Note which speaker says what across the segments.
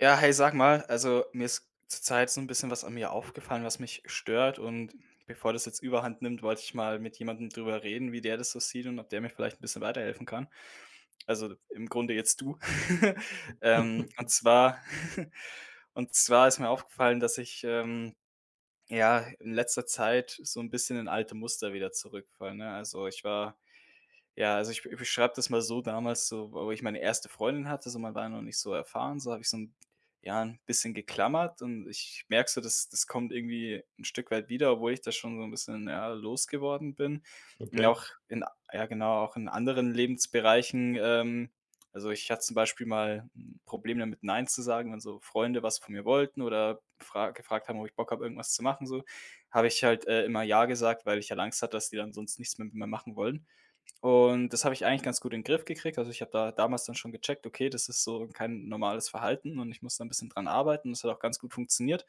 Speaker 1: Ja, hey, sag mal, also mir ist zurzeit so ein bisschen was an mir aufgefallen, was mich stört, und bevor das jetzt Überhand nimmt, wollte ich mal mit jemandem drüber reden, wie der das so sieht und ob der mir vielleicht ein bisschen weiterhelfen kann. Also, im Grunde jetzt du. Und zwar und zwar ist mir aufgefallen, dass ich, ja, in letzter Zeit so ein bisschen in alte Muster wieder zurückfalle, ne? Also, ich war ja, also ich be beschreibe das mal so. Damals, so wo ich meine erste Freundin hatte, so man war ja noch nicht so erfahren, so habe ich so ein, ja, ein bisschen geklammert, und ich merke so, das kommt irgendwie ein Stück weit wieder, obwohl ich da schon so ein bisschen, ja, losgeworden bin. Und
Speaker 2: Okay,
Speaker 1: auch in Ja, genau, auch in anderen Lebensbereichen. Also ich hatte zum Beispiel mal ein Problem damit, nein zu sagen, wenn so Freunde was von mir wollten oder fra gefragt haben, ob ich Bock habe, irgendwas zu machen so. Habe ich halt, immer ja gesagt, weil ich halt Angst hatte, dass die dann sonst nichts mehr mit mir machen wollen. Und das habe ich eigentlich ganz gut in den Griff gekriegt. Also, ich habe da damals dann schon gecheckt: „Okay, das ist so kein normales Verhalten, und ich muss da ein bisschen dran arbeiten.“ Das hat auch ganz gut funktioniert.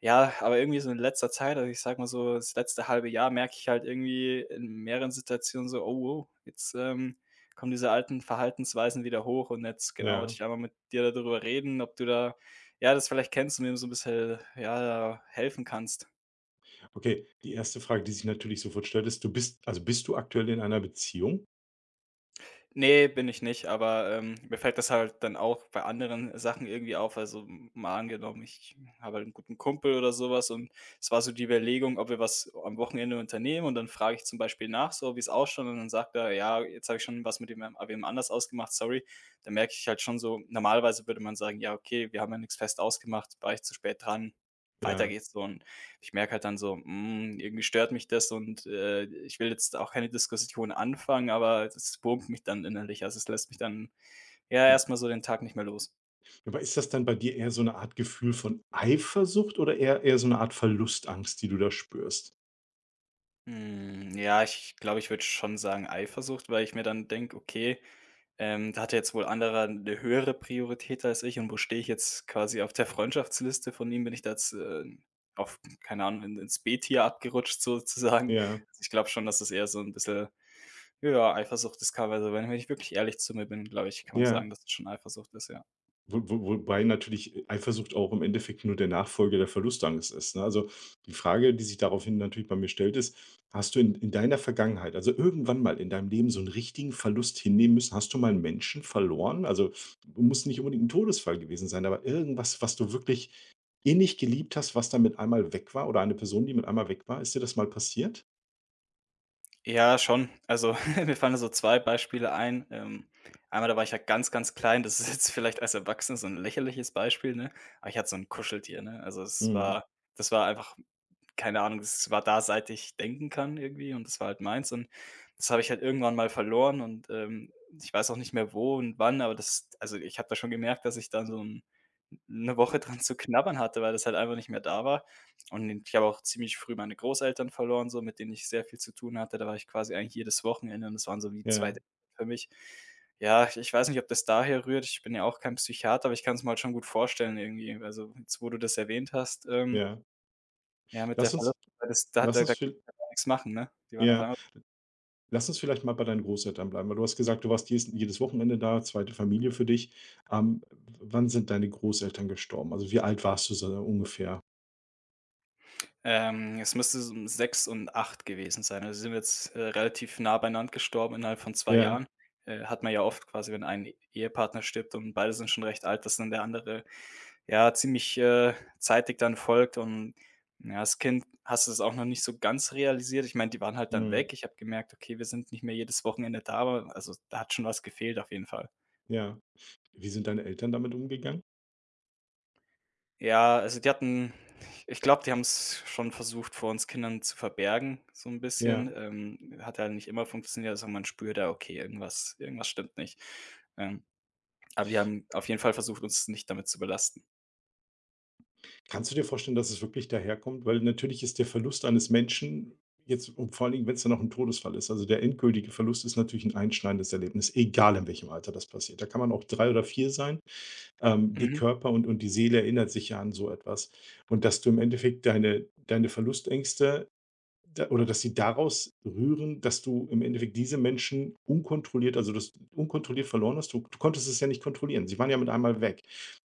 Speaker 1: Ja, aber irgendwie so in letzter Zeit, also, ich sage mal so das letzte halbe Jahr, merke ich halt irgendwie in mehreren Situationen so: „Oh, wow, jetzt, kommen diese alten Verhaltensweisen wieder hoch.“ Und jetzt, genau, wollte
Speaker 2: ja.
Speaker 1: ich einmal mit dir darüber reden, ob du da ja, das vielleicht kennst und mir so ein bisschen, ja, helfen kannst.
Speaker 2: Okay, die erste Frage, die sich natürlich sofort stellt, ist, bist du aktuell in einer Beziehung?
Speaker 1: Nee, bin ich nicht, aber, mir fällt das halt dann auch bei anderen Sachen irgendwie auf. Also, m mal angenommen, ich habe halt 'n guten Kumpel oder sowas, und es war so die Überlegung, ob wir was am Wochenende unternehmen, und dann frage ich zum Beispiel nach so, wie es ausschaut, und dann sagt er: „Ja, jetzt habe ich schon was mit dem a wem anders ausgemacht, sorry.“ Dann merke ich halt schon so, normalerweise würde man sagen: „Ja, okay, wir haben ja nichts fest ausgemacht, war ich zu spät dran, weiter
Speaker 2: Ja,
Speaker 1: geht's so.“ Und ich merke halt dann so, irgendwie stört mich das, und, ich will jetzt auch keine Diskussion anfangen, aber das wurmt mich dann innerlich. Also, es lässt mich dann, ja,
Speaker 2: ja.
Speaker 1: erstmal so den Tag nicht mehr los.
Speaker 2: Aber ist das dann bei dir eher so eine Art Gefühl von Eifersucht oder eher so eine Art Verlustangst, die du da spürst?
Speaker 1: Hm, ja, ich glaube, ich würde schon sagen Eifersucht, weil ich mir dann denke: „Okay, da hat jetzt wohl anderer eine höhere Priorität als ich, und wo stehe ich jetzt quasi auf der Freundschaftsliste von ihm? Bin ich da jetzt, auf keine Ahnung, in ins B-Tier abgerutscht sozusagen?“
Speaker 2: Ja,
Speaker 1: Also, ich glaube schon, dass das eher so ein bisschen ja, Eifersucht ist. Teilweise, wenn ich wirklich ehrlich zu mir bin, glaube ich, kann man
Speaker 2: ja.
Speaker 1: sagen, dass es schon Eifersucht ist, ja.
Speaker 2: Wo wo wobei natürlich Eifersucht auch im Endeffekt nur der Nachfolger der Verlustangst ist, ne? Also, die Frage, die sich daraufhin natürlich bei mir stellt, ist: „Hast du in deiner Vergangenheit, also irgendwann mal in deinem Leben so einen richtigen Verlust hinnehmen müssen? Hast du mal einen Menschen verloren?“ Also, muss nicht unbedingt ein Todesfall gewesen sein, aber irgendwas, was du wirklich innig geliebt hast, was dann mit einmal weg war oder eine Person, die mit einmal weg war. Ist dir das mal passiert?
Speaker 1: Ja, schon. Also, mir fallen da so 2 Beispiele ein. Einmal, da war ich ja ganz, ganz klein. Das ist jetzt vielleicht als Erwachsener so ein lächerliches Beispiel, ne? Aber ich hatte so ein Kuscheltier, ne? Also, es
Speaker 2: Mhm.
Speaker 1: war das war einfach keine Ahnung, das war da, seit ich denken kann irgendwie, und das war halt meins, und das habe ich halt irgendwann mal verloren. Und, ich weiß auch nicht mehr wo und wann, aber das, also, ich habe da schon gemerkt, dass ich da so 'n 'ne Woche dran zu knabbern hatte, weil das halt einfach nicht mehr da war. Und ich habe auch ziemlich früh meine Großeltern verloren, so, mit denen ich sehr viel zu tun hatte. Da war ich quasi eigentlich jedes Wochenende, und das waren so wie 2
Speaker 2: Ja,
Speaker 1: für mich. Ja, ich ich weiß nicht, ob das daher rührt. Ich bin ja auch kein Psychiater, aber ich kann's mir halt schon gut vorstellen irgendwie. Also, jetzt, wo du das erwähnt hast,
Speaker 2: ja.
Speaker 1: ja, mit der
Speaker 2: Lass uns
Speaker 1: Verlustängst, das da hat da
Speaker 2: lass uns
Speaker 1: da
Speaker 2: viel
Speaker 1: kann man nix machen, ne? Die waren auf
Speaker 2: ja.
Speaker 1: einmal.
Speaker 2: Lass uns vielleicht mal bei deinen Großeltern bleiben, weil du hast gesagt, du warst jedes Wochenende da, zweite Familie für dich. Ähm, Wann sind deine Großeltern gestorben? Also, wie alt warst du so ungefähr?
Speaker 1: Es müsste so um 6 und 8 gewesen sein. Also, sie sind jetzt, relativ nah beieinander gestorben, innerhalb von zwei
Speaker 2: Ja,
Speaker 1: Jahren. Hat man ja oft quasi, wenn ein Ehepartner stirbt und beide sind schon recht alt, dass dann der andere, ja, ziemlich, zeitig dann folgt, und, ja, als Kind hast du das auch noch nicht so ganz realisiert. Ich meine, die waren halt dann
Speaker 2: mhm,
Speaker 1: weg. Ich habe gemerkt: „Okay, wir sind nicht mehr jedes Wochenende da“, aber also, da hat schon was gefehlt auf jeden Fall.
Speaker 2: ja. Wie sind deine Eltern damit umgegangen?
Speaker 1: Ja, also die hatten ich glaube, die haben es schon versucht, vor uns Kindern zu verbergen, so ein bisschen.
Speaker 2: Ja.
Speaker 1: Hat ja nicht immer funktioniert, also man spürt da, okay, irgendwas stimmt nicht. Ähm, aber die haben auf jeden Fall versucht, uns nicht damit zu belasten.
Speaker 2: Kannst du dir vorstellen, dass es wirklich daherkommt? Weil natürlich ist der Verlust eines Menschen jetzt und vor allen Dingen, wenn es dann noch ein Todesfall ist, also, der endgültige Verlust ist natürlich ein einschneidendes Erlebnis, egal in welchem Alter das passiert. Da kann man auch 3 oder 4 sein. Die
Speaker 1: Mhm.
Speaker 2: Körper und die Seele erinnert sich ja an so etwas. Und dass du im Endeffekt deine Verlustängste da oder dass sie daraus rühren, dass du im Endeffekt diese Menschen unkontrolliert, also, dass unkontrolliert verloren hast. Du konntest es ja nicht kontrollieren. Sie waren ja mit einmal weg.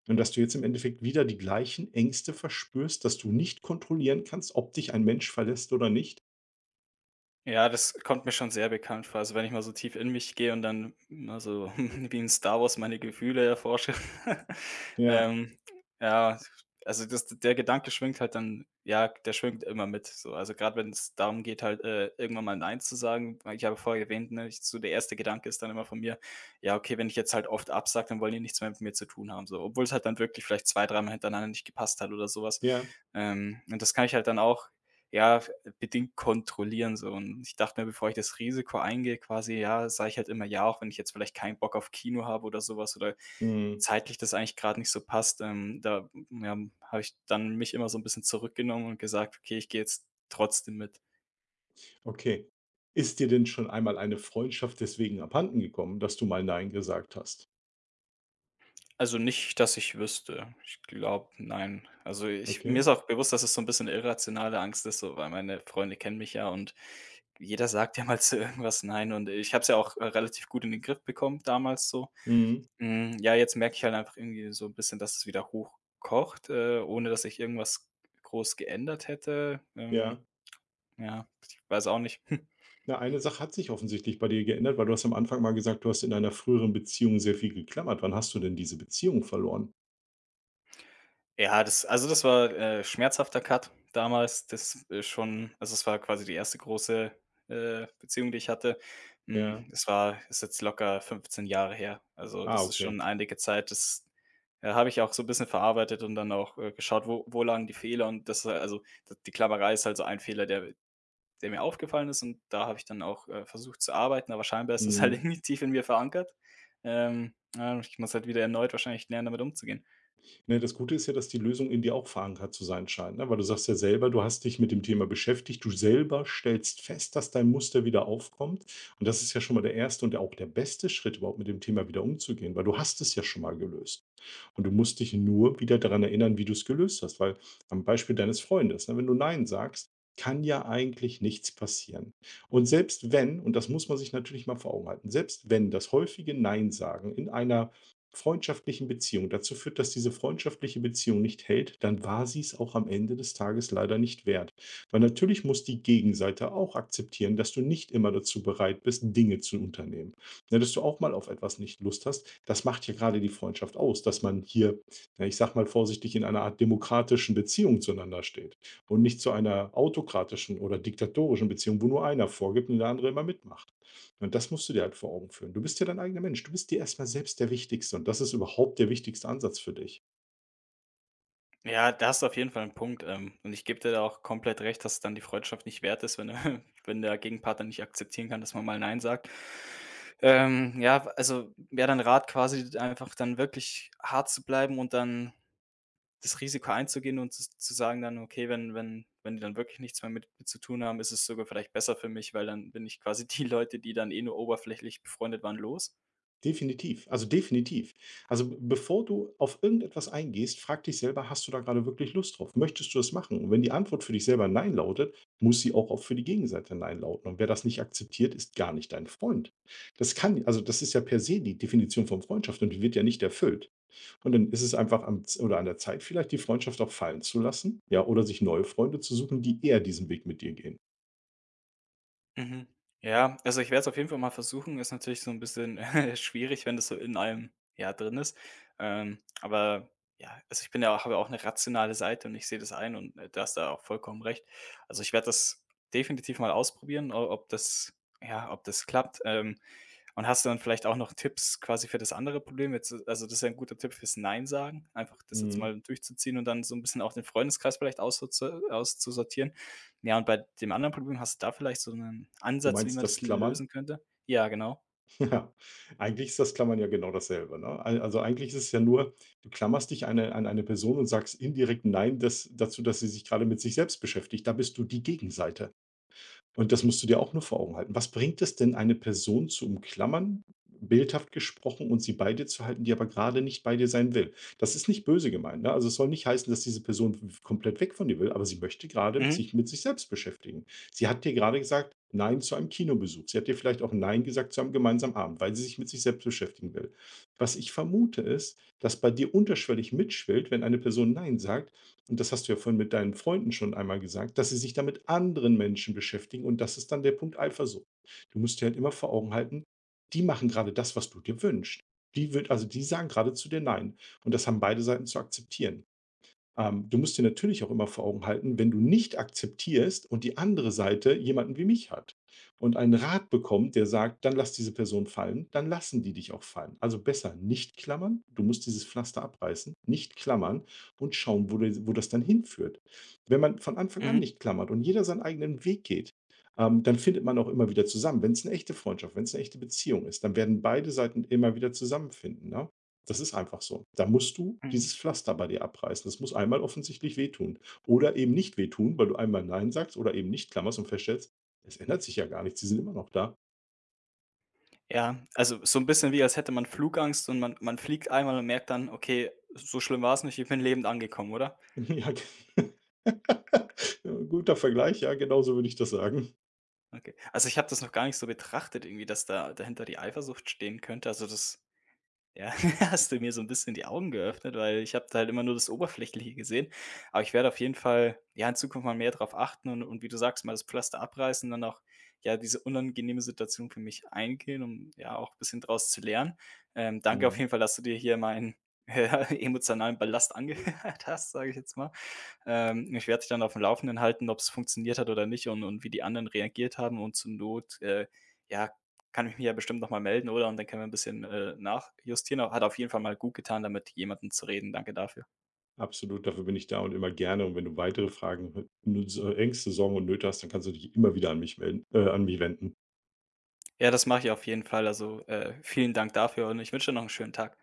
Speaker 2: Und dass du jetzt im Endeffekt wieder die gleichen Ängste verspürst, dass du nicht kontrollieren kannst, ob dich ein Mensch verlässt oder nicht.
Speaker 1: Ja, das kommt mir schon sehr bekannt vor. Also, wenn ich mal so tief in mich gehe und dann mal so wie in Star Wars meine Gefühle erforsche.
Speaker 2: Ja,
Speaker 1: Ähm, ja, also das der Gedanke schwingt halt dann, ja, der schwingt immer mit so. Also, gerade wenn es darum geht, halt, irgendwann mal „Nein“ zu sagen. Weil ich habe vorher erwähnt, ne, ich so der erste Gedanke ist dann immer von mir: „Ja, okay, wenn ich jetzt halt oft absage, dann wollen die nichts mehr mit mir zu tun haben“, so, obwohl es halt dann wirklich vielleicht 2, dreimal hintereinander nicht gepasst hat oder sowas.
Speaker 2: ja,
Speaker 1: Und das kann ich halt dann auch ja, bedingt kontrollieren so. Und ich dachte mir, bevor ich das Risiko eingehe quasi, ja, sage ich halt immer ja, auch wenn ich jetzt vielleicht keinen Bock auf Kino habe oder sowas, oder
Speaker 2: mhm,
Speaker 1: zeitlich das eigentlich gerade nicht so passt. Da, ja, habe ich dann mich immer so ein bisschen zurückgenommen und gesagt: „Okay, ich gehe jetzt trotzdem mit.“
Speaker 2: okay. Ist dir denn schon einmal eine Freundschaft deswegen abhanden gekommen, dass du mal „Nein“ gesagt hast?
Speaker 1: Also nicht, dass ich wüsste. Ich glaube, nein. Also, ich mir
Speaker 2: Okay.
Speaker 1: ist auch bewusst, dass es so ein bisschen 'ne irrationale Angst ist so, weil meine Freunde kennen mich ja, und jeder sagt ja mal zu irgendwas „nein“, und ich habe es ja auch relativ gut in den Griff bekommen damals so.
Speaker 2: Mhm.
Speaker 1: Hm, ja, jetzt merke ich halt einfach irgendwie so ein bisschen, dass es wieder hochkocht, ohne dass ich irgendwas groß geändert hätte.
Speaker 2: Ja.
Speaker 1: Ja, ich weiß auch nicht.
Speaker 2: Na, eine Sache hat sich offensichtlich bei dir geändert, weil du hast am Anfang mal gesagt, du hast in deiner früheren Beziehung sehr viel geklammert. Wann hast du denn diese Beziehung verloren?
Speaker 1: Ja, das war, schmerzhafter Cut damals. Das ist schon, also, es war quasi die erste große, Beziehung, die ich hatte. Hm,
Speaker 2: Ja.
Speaker 1: das war ist jetzt locker 15 Jahre her. Also,
Speaker 2: Ah,
Speaker 1: das ist
Speaker 2: okay.
Speaker 1: schon einige Zeit. Das, habe ich auch so ein bisschen verarbeitet und dann auch, geschaut, wo lagen die Fehler, und das, d die Klammerei ist halt so ein Fehler, der mir aufgefallen ist, und da habe ich dann auch, versucht zu arbeiten, aber scheinbar ist das halt
Speaker 2: Mhm.
Speaker 1: irgendwie tief in mir verankert. Ja, ich muss halt wieder erneut wahrscheinlich lernen, damit umzugehen.
Speaker 2: Ne, das Gute ist ja, dass die Lösung in dir auch verankert zu sein scheint, ne? Weil du sagst ja selber, du hast dich mit dem Thema beschäftigt, du selber stellst fest, dass dein Muster wieder aufkommt. Und das ist ja schon mal der erste und auch der beste Schritt, überhaupt mit dem Thema wieder umzugehen, weil du hast es ja schon mal gelöst. Und du musst dich nur wieder daran erinnern, wie du es gelöst hast, weil am Beispiel deines Freundes, ne, wenn du Nein sagst, kann ja eigentlich nichts passieren. Und selbst wenn, und das muss man sich natürlich mal vor Augen halten, selbst wenn das häufige Nein sagen in einer freundschaftlichen Beziehung dazu führt, dass diese freundschaftliche Beziehung nicht hält, dann war sie es auch am Ende des Tages leider nicht wert. Weil natürlich muss die Gegenseite auch akzeptieren, dass du nicht immer dazu bereit bist, Dinge zu unternehmen. Ne, dass du auch mal auf etwas nicht Lust hast. Das macht ja gerade die Freundschaft aus, dass man hier, ja, ich sage mal vorsichtig, in einer Art demokratischen Beziehung zueinander steht und nicht zu einer autokratischen oder diktatorischen Beziehung, wo nur einer vorgibt und der andere immer mitmacht. Und das musst du dir halt vor Augen führen. Du bist ja dein eigener Mensch. Du bist dir erstmal selbst der Wichtigste und das ist überhaupt der wichtigste Ansatz für dich.
Speaker 1: Ja, da hast du auf jeden Fall einen Punkt, und ich gebe dir da auch komplett recht, dass es dann die Freundschaft nicht wert ist, wenn der wenn der Gegenpartner nicht akzeptieren kann, dass man mal „nein“ sagt. Ja, also wäre dann Rat quasi, einfach dann wirklich hart zu bleiben und dann das Risiko einzugehen und z zu sagen dann: „Okay, wenn die dann wirklich nichts mehr mit zu tun haben, ist es sogar vielleicht besser für mich, weil dann bin ich quasi die Leute, die dann eh nur oberflächlich befreundet waren, los.“
Speaker 2: Definitiv. Also, b bevor du auf irgendetwas eingehst, frag dich selber: „Hast du da gerade wirklich Lust drauf? Möchtest du das machen?“ Und wenn die Antwort für dich selber „Nein“ lautet, muss sie auch für die Gegenseite „Nein“ lauten. Und wer das nicht akzeptiert, ist gar nicht dein Freund. Das ist ja per se die Definition von Freundschaft und die wird ja nicht erfüllt. Und dann ist es einfach am Z oder an der Zeit vielleicht, die Freundschaft auch fallen zu lassen, ja, oder sich neue Freunde zu suchen, die eher diesen Weg mit dir gehen.
Speaker 1: Mhm. Ja, also ich werde es auf jeden Fall mal versuchen. Ist natürlich so ein bisschen schwierig, wenn das so in einem, ja, drin ist. Aber ja, also ich bin ja auch, habe ja auch eine rationale Seite, und ich sehe das ein, und, du hast da auch vollkommen recht. Also, ich werde das definitiv mal ausprobieren, o ob das ja, ob das klappt. Und hast du dann vielleicht auch noch Tipps quasi für das andere Problem? Jetzt, also das ist ja 'n guter Tipp fürs Nein sagen, einfach das jetzt
Speaker 2: Mhm.
Speaker 1: mal durchzuziehen und dann so ein bisschen auch den Freundeskreis vielleicht aussoz auszusortieren. Ja, und bei dem anderen Problem hast du da vielleicht so 'nen
Speaker 2: Du
Speaker 1: Ansatz, wie
Speaker 2: meinst
Speaker 1: man
Speaker 2: das
Speaker 1: das
Speaker 2: Klammern?
Speaker 1: lösen könnte? Ja, genau.
Speaker 2: Ja, eigentlich ist das Klammern ja genau dasselbe, ne? Al Also, eigentlich ist es ja nur, du klammerst dich eine an eine Person und sagst indirekt nein, das dazu, dass sie sich gerade mit sich selbst beschäftigt. Da bist du die Gegenseite. Und das musst du dir auch nur vor Augen halten. Was bringt es denn, eine Person zu umklammern, bildhaft gesprochen, und sie bei dir zu halten, die aber gerade nicht bei dir sein will? Das ist nicht böse gemeint. Ne? Also es soll nicht heißen, dass diese Person komplett weg von dir will, aber sie möchte gerade
Speaker 1: Mhm,
Speaker 2: sich mit sich selbst beschäftigen. Sie hat dir gerade gesagt, Nein zu einem Kinobesuch. Sie hat dir vielleicht auch Nein gesagt zu einem gemeinsamen Abend, weil sie sich mit sich selbst beschäftigen will. Was ich vermute ist, dass bei dir unterschwellig mitschwillt, wenn eine Person Nein sagt, und das hast du ja vorhin mit deinen Freunden schon einmal gesagt, dass sie sich da mit anderen Menschen beschäftigen und das ist dann der Punkt Eifersucht. Du musst dir halt immer vor Augen halten, die machen gerade das, was du dir wünschst. Die wird also die sagen gerade zu dir nein und das haben beide Seiten zu akzeptieren. Du musst dir natürlich auch immer vor Augen halten, wenn du nicht akzeptierst und die andere Seite jemanden wie mich hat und einen Rat bekommt, der sagt, dann lass diese Person fallen, dann lassen die dich auch fallen. Also besser nicht klammern, du musst dieses Pflaster abreißen, nicht klammern und schauen, wo das dann hinführt. Wenn man von Anfang an
Speaker 1: mhm,
Speaker 2: nicht klammert und jeder seinen eigenen Weg geht, dann findet man auch immer wieder zusammen. Wenn es eine echte Freundschaft, wenn es eine echte Beziehung ist, dann werden beide Seiten immer wieder zusammenfinden. Ne? Das ist einfach so. Da musst du
Speaker 1: mhm.
Speaker 2: dieses Pflaster bei dir abreißen. Das muss einmal offensichtlich wehtun. Oder eben nicht wehtun, weil du einmal nein sagst oder eben nicht klammerst und feststellst, es ändert sich ja gar nichts, die sind immer noch da.
Speaker 1: Ja, also so 'n bisschen wie, als hätte man Flugangst und man man fliegt einmal und merkt dann: „Okay, so schlimm war's nicht, ich bin lebend angekommen“, oder?
Speaker 2: Ja, ja, guter Vergleich, ja, genauso würde ich das sagen.
Speaker 1: Okay. Also, ich habe das noch gar nicht so betrachtet irgendwie, dass da dahinter die Eifersucht stehen könnte. Also, das ja, hast du mir so ein bisschen die Augen geöffnet, weil ich habe da halt immer nur das Oberflächliche gesehen. Aber ich werde auf jeden Fall, ja, in Zukunft mal mehr drauf achten, und wie du sagst, mal das Pflaster abreißen, dann auch, ja, diese unangenehme Situation für mich eingehen, um, ja, auch ein bisschen draus zu lernen. Danke auf
Speaker 2: Mhm.
Speaker 1: jeden Fall, dass du dir hier meinen, ja, emotionalen Ballast angehört hast, sage ich jetzt mal. Ich werde dich dann auf dem Laufenden halten, ob es funktioniert hat oder nicht, und und wie die anderen reagiert haben, und zur Not, ja, kann ich mich ja bestimmt noch mal melden, oder? Und dann können wir ein bisschen, nachjustieren. Aber hat auf jeden Fall mal gut getan, damit jemanden zu reden. Danke dafür.
Speaker 2: Absolut, dafür bin ich da und immer gerne. Und wenn du weitere Fragen, Ängste, Sorgen und Nöte hast, dann kannst du dich immer wieder an mich melden, an mich wenden.
Speaker 1: Ja, das mache ich auf jeden Fall. Also, vielen Dank dafür, und ich wünsche dir noch einen schönen Tag.